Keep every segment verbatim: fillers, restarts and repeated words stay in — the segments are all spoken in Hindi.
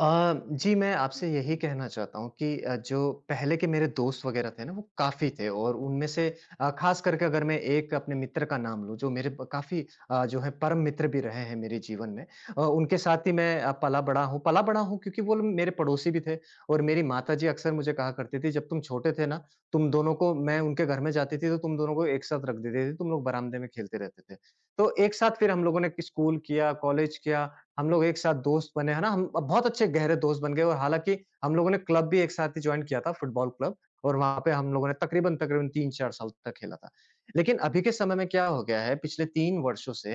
अ, जी, मैं आपसे यही कहना चाहता हूँ कि अ, जो पहले के मेरे दोस्त वग़ैरह थे ना, वो काफ़ी थे और उनमें से अ, ख़ास करके अगर मैं एक अपने मित्र का नाम लूँ, जो मेरे ब काफ़ी अ, जो है परम मित्र भी रहे हैं मेरे जीवन में। अ, उनके साथ ही मैं अ, पला-बड़ा हूँ पला-बड़ा हूँ क्योंकि वो लोग मेरे पड़ोसी भी थे और मेरी माताजी अक्सर मुझे कहा करती थी, "जब तुम छोटे थे ना, तुम दोनों को मैं उनके घर में जाती थी, तो तुम दोनों को एक साथ रख देती थी, तुम लोग बरामदे में खेलते रहते थे।" तो एक साथ फिर हम लोगों ने स्कूल किया, कॉलेज किया। हम लोग एक साथ दोस्त बने, है ना? हम अब बहुत अच्छे गहरे दोस्त बन गए और हालाँकि हम लोगों ने क्लब भी एक साथ ही जॉइन किया था, फुटबॉल क्लब, और वहाँ पे हम लोगों ने तकरीबन-तकरीबन तीन चार साल तक खेला था। लेकिन अभी के समय में क्या हो गया है, पिछले तीन वर्षों से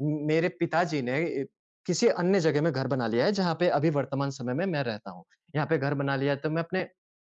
मेरे पिताजी ने ए, किसी अन्य जगह में घर बना लिया है, जहाँ पे अभी वर्तमान समय में मैं रहता हूँ। यहाँ पे घर बना लिया है, तो मैं अपने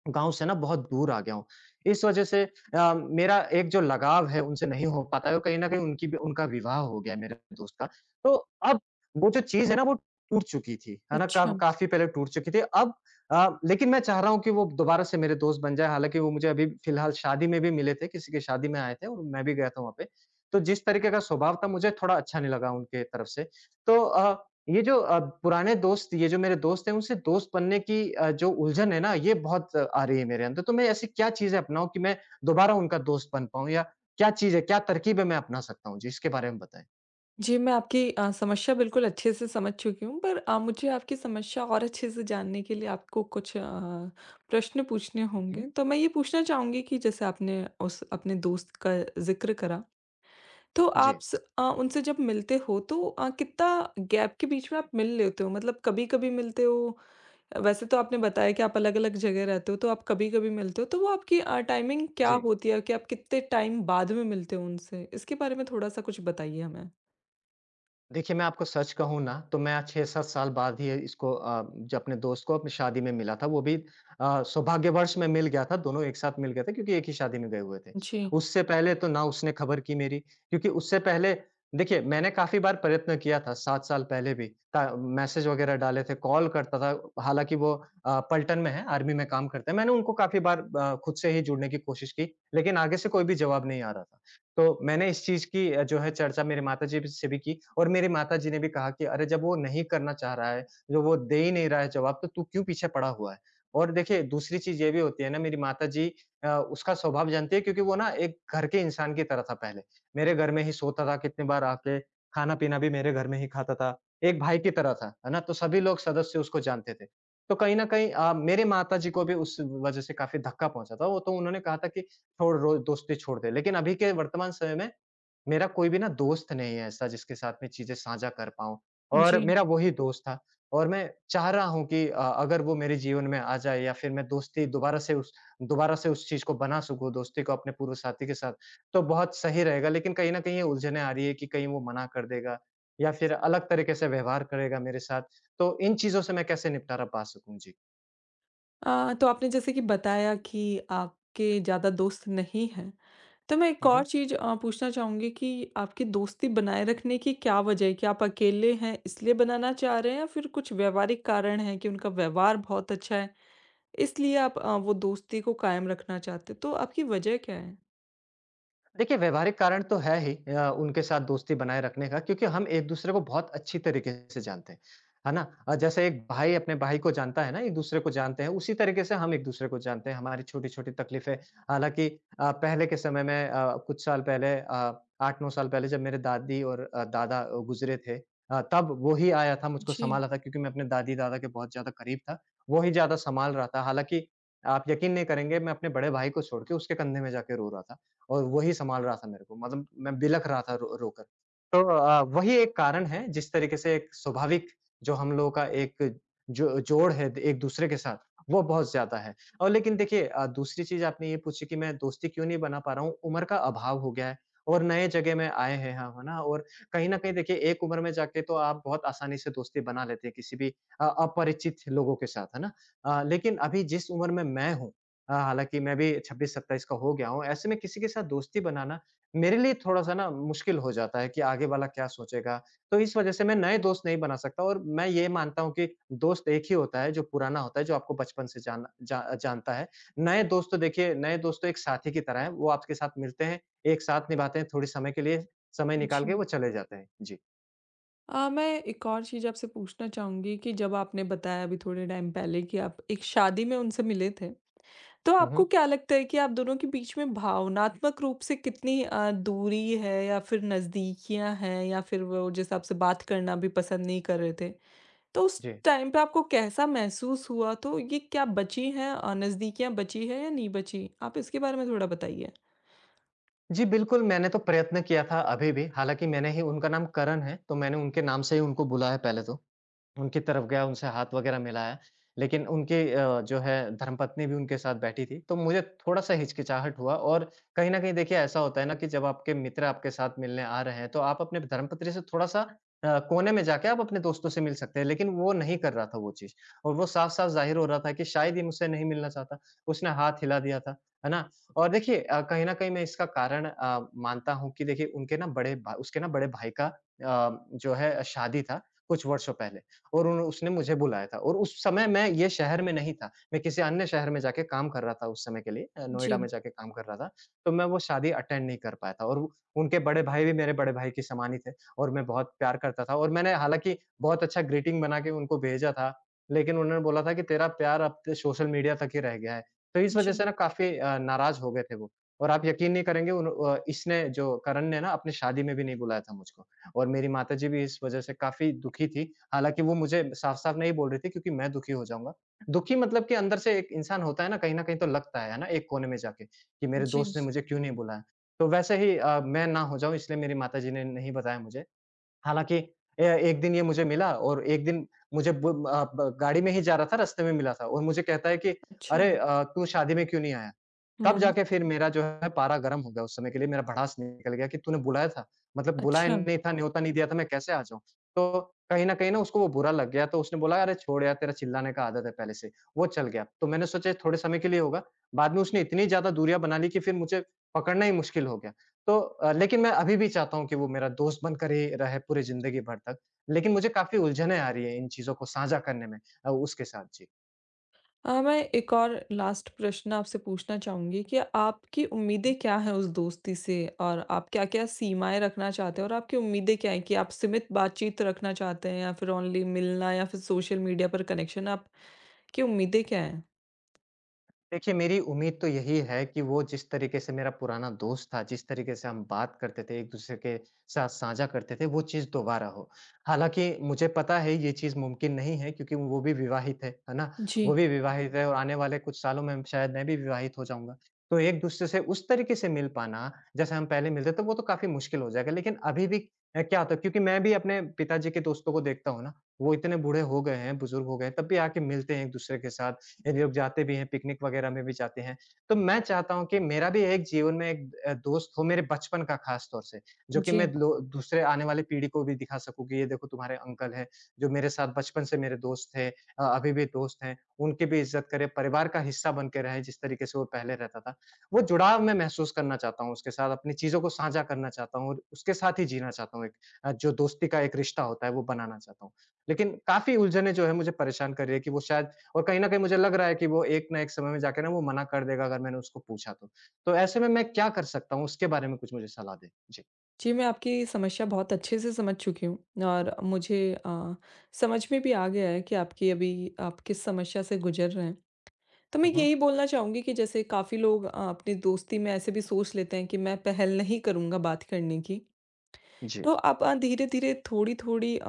गाँव से ना बहुत दूर आ गया हूँ। इस वजह से अ, मेरा एक जो लगाव है, उनसे नहीं हो पाता है और कहीं न कहीं उनकी भी उनका विवाह हो गया है मेरे दोस्त का। तो अब वो जो चीज़ है ना वो टूट चुकी थी, है ना? का अच्छा। काफ़ी पहले टूट चुकी थी। अब अ, लेकिन मैं चाह रहा हूँ कि वो दोबारा से मेरे दोस्त बन जाएँ, हालाँकि वो मुझे अभी फ़िलहाल शादी में भी मिले थे, किसी की शादी में आए थे और मैं भी गया था वहाँ पे। तो जिस तरीके का स्वभाव था मुझे थोड़ा अच्छा नहीं लगा उनके तरफ से। तो अ, ये जो अ, पुराने दोस्त ये जो मेरे दोस्त हैं उनसे दोस्त बनने की अ, जो उलझन है ना ये बहुत अ, आ रही है मेरे अंदर। तो मैं ऐसी क्या चीज़ें अपनाऊँ कि मैं दोबारा उनका दोस्त बन पाऊँ, या क्या चीज़ है, क्या तरकीबें मैं अपना सकता हूँ? जी, इसके बारे में बताएँ। जी, मैं आपकी अ, समस्या बिल्कुल अच्छे से समझ चुकी हूँ पर अ, मुझे आपकी समस्या और अच्छे से जानने के लिए आपको कुछ अ, प्रश्न पूछने हुँ, होंगे। हुँ। तो मैं ये पूछना चाहूँगी कि जैसे आपने उस अपने दोस्त का ज़िक्र करा, तो जी। आप स अ, उनसे जब मिलते हो तो अ, कितना गैप के बीच में आप मिल लेते हो? मतलब कभी-कभी मिलते हो? वैसे तो आपने बताया कि आप अलग-अलग जगह रहते हो तो आप कभी-कभी मिलते हो, तो वो आपकी अ, टाइमिंग क्या जी। होती है कि आप कितने टाइम बाद में मिलते हो उनसे? इसके बारे में थोड़ा-सा कुछ बताइए हमें। देखिए, मैं आपको सच कहूँ ना, तो मैं छह सात साल बाद ही इसको अ, जो अपने दोस्त को अपनी शादी में मिला था, वो भी अ, सौभाग्यवश मैं मिल गया था, दोनों एक साथ मिल गए थे क्योंकि एक ही शादी में गए हुए थे। जी, उससे पहले तो ना उसने खबर की मेरी, क्योंकि उससे पहले देखिए, मैंने काफ़ी बार प्रयत्न किया था सात साल पहले भी। ता मैसेज वगैरह डाले थे, कॉल करता था, हालाँकि वो अ, पलटन में है, आर्मी में काम करते हैं। मैंने उनको काफ़ी बार अ, खुद से ही जुड़ने की कोशिश की, लेकिन आगे से कोई भी जवाब नहीं आ रहा था। तो मैंने इस चीज़ की अ, जो है चर्चा मेरे माताजी भी से भी की, और मेरी माताजी ने भी कहा कि अरे जब वो नहीं करना चाह रहा है, जब वो दे ही नहीं रहा है जवाब तो तू क्यों पीछे पड़ा हुआ है? और देखिए दूसरी चीज़ ये भी होती है ना, मेरी माताजी अ, उसका स्वभाव जानती है क्योंकि वो ना एक घर के इंसान की तरह था पहले। मेरे घर में ही सोता था कितनी बार आके, खाना-पीना भी मेरे घर में ही खाता था। एक भाई की तरह था, है ना? तो सभी लोग सदस्य उसको जानते थे। तो कहीं न कहीं अ, मेरे माताजी को भी उस वज़ह से काफ़ी धक्का पहुँचा था। वो तो उन्होंने कहा था कि छोड़ रो दोस्ती छोड़ दे। लेकिन अभी के वर्तमान समय में मेरा कोई भी ना दोस्त नहीं है ऐसा जिसके साथ मैं चीज़ें साझा कर पाऊँ, और जी। मेरा वही दोस्त था और मैं चाह रहा हूँ कि अ, अगर वो मेरे जीवन में आ जाए या फिर मैं दोस्ती दोबारा से उस दोबारा से उस चीज़ को बना सकूँ, दोस्ती को अपने पूर्व साथी के साथ, तो बहुत सही रहेगा। लेकिन कहीं न कहीं ये उलझनें आ रही है कि कहीं वो मना कर देगा या फिर अलग तरीके से व्यवहार करेगा मेरे साथ। तो इन चीज़ों से मैं कैसे निपटारा पा सकूँ? जी। अ, तो आपने जैसे कि बताया कि आपके ज़्यादा दोस्त नहीं हैं, तो मैं एक हुँ, हुँ। और चीज़ अ, पूछना चाहूँगी कि आपकी दोस्ती बनाए रखने की क्या वज़ह है? क्या आप अकेले हैं इसलिए बनाना चाह रहे हैं या फिर कुछ व्यावहारिक कारण हैं कि उनका व्यवहार बहुत अच्छा है, इसलिए आप अ, वो दोस्ती को कायम रखना चाहते हैं? तो आपकी वज़ह क्या है? देखिए, व्यवहारिक कारण तो है ही अ, उनके साथ दोस्ती बनाए रखने का क्योंकि हम एक-दूसरे को बहुत अच्छी तरीके से जानते हैं, है ना? अ, जैसे एक भाई अपने भाई को जानता है ना, एक-दूसरे को जानते हैं, उसी तरीके से हम एक-दूसरे को जानते हैं, हमारी छोटी-छोटी तकलीफ़ें। हालाँकि अ, पहले के समय में अ, कुछ साल पहले, अ, आठ नौ साल पहले जब मेरे दादी और अ, दादा अ, गुज़रे थे, अ, तब वो ही आया था, मुझको जी, सँभाला था क्योंकि मैं अपने दादी-दादा के बहुत ज़्यादा करीब था, वो ही ज़्यादा सँभाल रहा था। हालाँकि आप यकीन नहीं करेंगे, मैं अपने बड़े भाई को छोड़ के उसके कंधे में जाके रो रहा था। और वही सँभाल रहा था मेरे को, मतलब मैं बिलख रहा था रो रोकर। तो अ, वही एक कारण है, जिस तरीके से एक स्वाभाविक जो हम लोगों का एक जो जोड़ है एक-दूसरे के साथ, वो बहुत ज़्यादा है। और लेकिन देखिए अ, दूसरी चीज़ आपने ये पूछी कि मैं दोस्ती क्यों नहीं बना पा रहा हूँ, उम्र का अभाव हो गया है और नए जगह में आए हैं हम, है ना? और कहीं न कहीं देखिए एक उम्र में जाके तो आप बहुत आसानी से दोस्ती बना लेते हैं किसी भी अ, अपरिचित लोगों के साथ, है ना? अ, लेकिन अभी जिस उम्र में मैं हूँ, अ, हालाँकि मैं भी छब्बीस सत्ताईस का हो गया हूँ, ऐसे में किसी के साथ दोस्ती बनाना मेरे लिए थोड़ा-सा ना मुश्किल हो जाता है कि आगे वाला क्या सोचेगा। तो इस वज़ह से मैं नए दोस्त नहीं बना सकता और मैं ये मानता हूँ कि दोस्त एक ही होता है जो पुराना होता है, जो आपको बचपन से जाना जा जानता है। नए दोस्त तो देखिए, नए दोस्त तो एक साथी की तरह हैं, वो आपके साथ मिलते हैं, एक साथ निभाते हैं, थोड़े समय के लिए समय निकाल के वो जी। चले जाते हैं। जी। अ, मैं एक और चीज़ आपसे पूछना चाहूँगी कि जब आपने बताया अभी थोड़े टाइम पहले कि आप एक शादी में उनसे मिले थे। तो हुँ, आपको हुँ। क्या लगता है कि आप दोनों के बीच में भावनात्मक रूप से कितनी अ, दूरी है या फिर नज़दीकियाँ हैं या फिर वो जैसे आपसे बात करना भी पसंद नहीं कर रहे थे, तो उस जी। टाइम पे आपको कैसा महसूस हुआ? तो ये क्या बची हैं अ, नज़दीकियाँ बची हैं या नहीं बची? आप इसके बारे में थोड़ा बताइए। जी, बिल्कुल मैंने तो प्रयत्न किया था अभी भी, हालाँकि मैंने ही उनका नाम करण है, तो मैंने उनके नाम से ही उनको बुलाया पहले तो। उनकी तरफ गया, उनसे हाथ वगैरह मिलाया, लेकिन उनकी अ, जो है धर्मपत्नी भी उनके साथ बैठी थी, तो मुझे थोड़ा-सा हिचकिचाहट हुआ, और कहीं न कहीं देखिए ऐसा होता है ना कि जब आपके मित्र आपके साथ मिलने आ रहे हैं, तो आप अपने धर्मपत्नी से थोड़ा-सा अ, कोने में जाके आप अपने दोस्तों से मिल सकते हैं, लेकिन वो नहीं कर रहा था वो चीज़, और वो साफ-साफ ज़ाहिर हो रहा था कि शायद ये मुझसे नहीं मिलना चाहता, उसने हाथ हिला दिया था, है ना? और देखिए अ, कहीं न कहीं मैं इसका कारण अ, मानता हूँ कि देखिए, उनके ना बड़े भा उसके ना बड़े भाई का अ, जो है शादी था कुछ वर्षों पहले। और उन उसने मुझे बुलाया था और उस समय मैं ये शहर में नहीं था, मैं किसी अन्य शहर में जाके काम कर रहा था उस समय के लिए, अ, नोएडा में जी, जाके काम कर रहा था। तो मैं वो शादी अटेंड नहीं कर पाया था और वो- उनके बड़े भाई भी मेरे बड़े भाई के समान ही थे, और मैं बहुत प्यार करता था, और मैंने हालाँकि बहुत अच्छा ग्रीटिंग बना के उनको भेजा था, लेकिन उन्होंने बोला था कि तेरा प्यार अब तो सोशल मीडिया तक ही रह गया है। तो इस वज़ह से जी, ना काफ़ी अ, नाराज़ हो गए थे वो। और आप यकीन नहीं करेंगे उन अ, इसने जो करण ने ना अपनी शादी में भी नहीं बुलाया था मुझको, और मेरी माताजी भी इस वज़ह से काफ़ी दुखी थी, हालाँकि वो मुझे साफ-साफ नहीं बोल रही थी क्योंकि मैं दुखी हो जाऊँगा। दुखी मतलब कि अंदर से एक इंसान होता है ना, कहीं न कहीं तो लगता है, है ना, एक कोने में जाके कि मेरे जी। दोस्त ने मुझे क्यों नहीं बुलाया। तो वैसे ही अ, मैं ना हो जाऊँ इसलिए मेरी माताजी ने नहीं बताया मुझे। हालाँकि ए एक दिन ये मुझे मिला, और एक दिन मुझे ब अ, ब गाड़ी में ही जा रहा था, रास्ते में मिला था और मुझे कहता है कि, अच्छा, "अरे अ, तू शादी में क्यों नहीं आया?" तब हुँ। जाके फिर मेरा जो है पारा गर्म हो गया उस समय के लिए, मेरा भड़ास निकल गया कि तूने बुलाया था, मतलब बुलाया अच्छा। नहीं था, न्योता नहीं दिया था, मैं कैसे आ जाऊँ? तो कहीं न कहीं ना उसको वो बुरा लग गया, तो उसने बोला, "अरे छोड़ यार, तेरा चिल्लाने का आदत है पहले से।" वो चल गया। तो मैंने सोचा थोड़े समय के लिए होगा, बाद में उसने इतनी ज़्यादा दूरियाँ बना ली कि फिर मुझे पकड़ना ही मुश्किल हो गया। तो अ, लेकिन मैं अभी भी चाहता हूँ कि वो मेरा दोस्त बनकर ही रहे पूरी ज़िंदगी भर तक। लेकिन मुझे काफ़ी उलझनें आ रही हैं इन चीज़ों को साझा करने में अ, उसके साथ। जी। अ, मैं एक और लास्ट प्रश्न आपसे पूछना चाहूँगी कि आपकी उम्मीदें क्या हैं उस दोस्ती से और आप क्या-क्या सीमाएँ रखना चाहते हैं? और आपकी उम्मीदें क्या हैं कि आप सीमित बातचीत रखना चाहते हैं या फिर ओनली मिलना या फिर सोशल मीडिया पर कनेक्शन, आपकी उम्मीदें क्या हैं? देखिए, मेरी उम्मीद तो यही है कि वो जिस तरीके से मेरा पुराना दोस्त था, जिस तरीके से हम बात करते थे, एक-दूसरे के साथ साझा करते थे, वो चीज़ दोबारा हो। हालाँकि मुझे पता है ये चीज़ मुमकिन नहीं है क्योंकि वो भी विवाहित है, है ना? वो जी, भी विवाहित है और आने वाले कुछ सालों में शायद मैं भी विवाहित हो जाऊँगा। तो एक-दूसरे से उस तरीके से मिल पाना, जैसे हम पहले मिलते थे, वो तो काफ़ी मुश्किल हो जाएगा। लेकिन अभी भी अ, क्या होता है, क्योंकि मैं भी अपने पिताजी के दोस्तों को देखता हूँ ना, वो इतने बूढ़े हो गए हैं, बुज़ुर्ग हो गए हैं, तब भी आके मिलते हैं एक-दूसरे के साथ। ये लोग जाते भी हैं, पिकनिक वगैरह में भी जाते हैं। तो मैं चाहता हूँ कि मेरा भी एक जीवन में एक अ, दोस्त हो मेरे बचपन का खास तौर से, जो कि मैं जी। लो दूसरे आने वाली पीढ़ी को भी दिखा सकूँ कि ये देखो तुम्हारे अंकल हैं, जो मेरे साथ बचपन से मेरे दोस्त थे, अ, अभी भी दोस्त हैं। उनकी भी इज़्ज़त करें, परिवार का हिस्सा बन के रहें जिस तरीके से वो पहले रहता था। वो जुड़ाव मैं महसूस करना चाहता हूँ उसके साथ, अपनी चीज़ों को साझा करना चाहता हूँ और उसके साथ ही जीना चाहता हूँ, एक अ, जो दोस्ती का एक रिश्ता होता है वो बनाना चाहता हूँ। लेकिन काफ़ी उलझनें जो हैं मुझे परेशान कर रही है कि वो शायद, और कहीं न कहीं मुझे लग रहा है कि वो एक ना एक समय में जाके ना वो मना कर देगा अगर मैंने उसको पूछा तो। तो ऐसे में मैं क्या कर सकता हूँ? उसके बारे में कुछ मुझे सलाह दें। जी। जी, मैं आपकी समस्या बहुत अच्छे से समझ चुकी हूँ और मुझे अ, समझ में भी आ गया है कि आपकी अभी आप किस समस्या से गुज़र रहे हैं। तो मैं हुँ, हुँ। यही बोलना चाहूँगी कि जैसे काफ़ी लोग अ, अपनी दोस्ती में ऐसे भी सोच लेते हैं कि मैं पहल नहीं करूँगा बात करने की। जी। तो आप अ, धीरे-धीरे, थोड़ी-थोड़ी अ,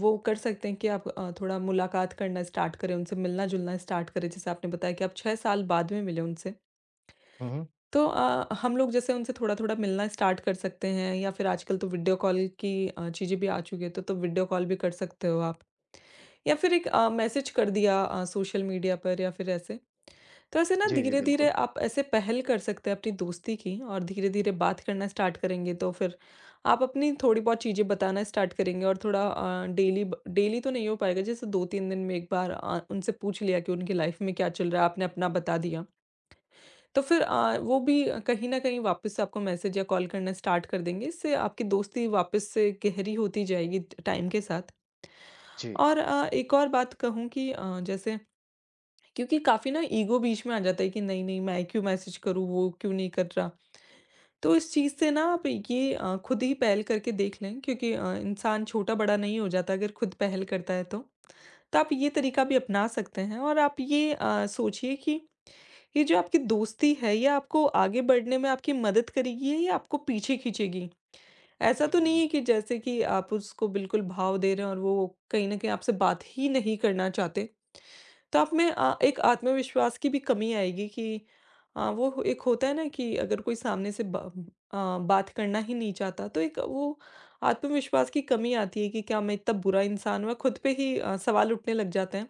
वो कर सकते हैं कि आप अ, थोड़ा मुलाकात करना स्टार्ट करें, उनसे मिलना-जुलना स्टार्ट करें। जैसे आपने बताया कि आप छह साल बाद में मिले उनसे। हुँ, हुँ। तो अ, हम लोग जैसे उनसे थोड़ा-थोड़ा मिलना स्टार्ट कर सकते हैं या फिर आजकल तो वीडियो कॉल की अ, चीज़ें भी आ चुकी हैं, तो तो वीडियो कॉल भी कर सकते हो आप। या फिर एक अ, मैसेज कर दिया अ, सोशल मीडिया पर या फिर ऐसे। तो ऐसे ना जी, जी, धीरे-धीरे बिल्कुल। आप ऐसे पहल कर सकते हैं अपनी दोस्ती की और धीरे-धीरे बात करना स्टार्ट करेंगे तो फिर आप अपनी थोड़ी बहुत चीज़ें बताना स्टार्ट करेंगे और थोड़ा अ, डेली ब डेली तो नहीं हो पाएगा जैसे दो तीन दिन में एक बार अ, उनसे पूछ लिया कि उनकी लाइफ़ में क्या चल रहा है, आपने अपना बता दिया। तो फिर अ, वो भी कहीं न कहीं वापस से आपको मैसेज या कॉल करना स्टार्ट कर देंगे, इससे आपकी दोस्ती वापस से गहरी होती जाएगी ट टाइम के साथ। जी। और अ, एक और बात कहूँ कि अ, जैसे क्योंकि काफ़ी ना ईगो बीच में आ जाता है कि नहीं, नहीं मैं क्यों मैसेज करूँ, वो क्यों नहीं कर रहा। तो इस चीज़ से ना आप ये अ, खुद ही पहल करके देख लें क्योंकि अ, इंसान छोटा-बड़ा नहीं हो जाता अगर खुद पहल करता है तो। तो आप ये तरीका भी अपना सकते हैं और आप ये अ, सोचिए कि ये जो आपकी दोस्ती है, ये आपको आगे बढ़ने में आपकी मदद करेगी या ये आपको पीछे खींचेगी? ऐसा हुँ, तो हुँ, नहीं हुँ। है कि जैसे कि आप उसको बिल्कुल भाव दे रहे हैं और वो कहीं न कहीं आपसे बात ही नहीं करना चाहते। तो आप में अ, एक आत्मविश्वास की भी कमी आएगी कि अ, वो हो- एक होता है ना कि अगर कोई सामने से ब अ, बात करना ही नहीं चाहता तो एक वो आत्मविश्वास की कमी आती है कि क्या मैं इतना बुरा इंसान हूँ? खुद पे ही अ, सवाल उठने लग जाते हैं।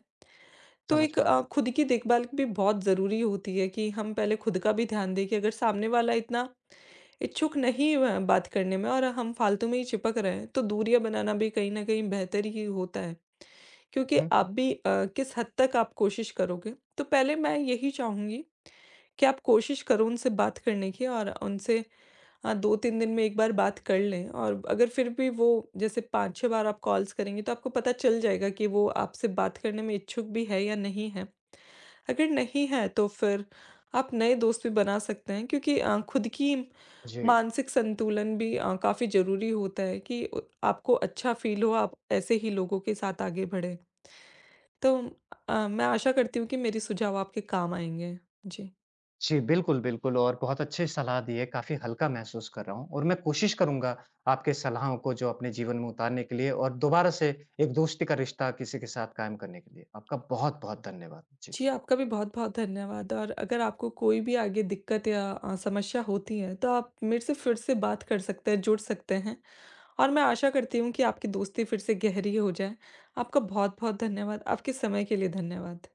तो समझ एक पा अ, रहा खुद की देखभाल भी बहुत ज़रूरी होती है कि हम पहले खुद का भी ध्यान दें कि अगर सामने वाला इतना इच्छुक नहीं है बात करने में और हम फालतू में ही चिपक रहे हैं, तो दूरियां बनाना भी कहीं ना कहीं बेहतर ही होता है क्योंकि हूँ। हुँ। आप भी अ, किस हद तक आप कोशिश करोगे तो पहले मैं यही चाहूंगी कि आप कोशिश करो उनसे बात करने की और उनसे हाँ, दो तीन दिन में एक बार बात कर लें और अगर फिर भी वो जैसे पाँच छह बार आप कॉल्स करेंगे तो आपको पता चल जाएगा कि वो आपसे बात करने में इच्छुक भी है या नहीं है। अगर नहीं है तो फिर आप नए दोस्त भी बना सकते हैं क्योंकि अ, खुद की जी। मानसिक संतुलन भी अ, काफ़ी ज़रूरी होता है कि अ, आपको अच्छा फ़ील हो, आप ऐसे ही लोगों के साथ आगे बढ़ें। तो अ, मैं आशा करती हूँ कि मेरे सुझाव आपके काम आएँगे। जी। जी, बिल्कुल, बिल्कुल, और बहुत अच्छी सलाह दी है, काफ़ी हल्का महसूस कर रहा हूँ और मैं कोशिश करूँगा आपके सलाहों को जो अपने जीवन में उतारने के लिए और दोबारा से एक दोस्ती का रिश्ता किसी के साथ कायम करने के लिए। आपका बहुत-बहुत धन्यवाद। जी। जी, आपका भी बहुत-बहुत धन्यवाद और अगर आपको कोई भी आगे दिक्कत या अ, समस्या होती है, तो आप मेरे से फिर से बात कर सकते हैं, जुड़ सकते हैं और मैं आशा करती हूँ कि आपकी दोस्ती फिर से गहरी हो जाए। आपका बहुत-बहुत धन्यवाद। आपके समय के लिए धन्यवाद।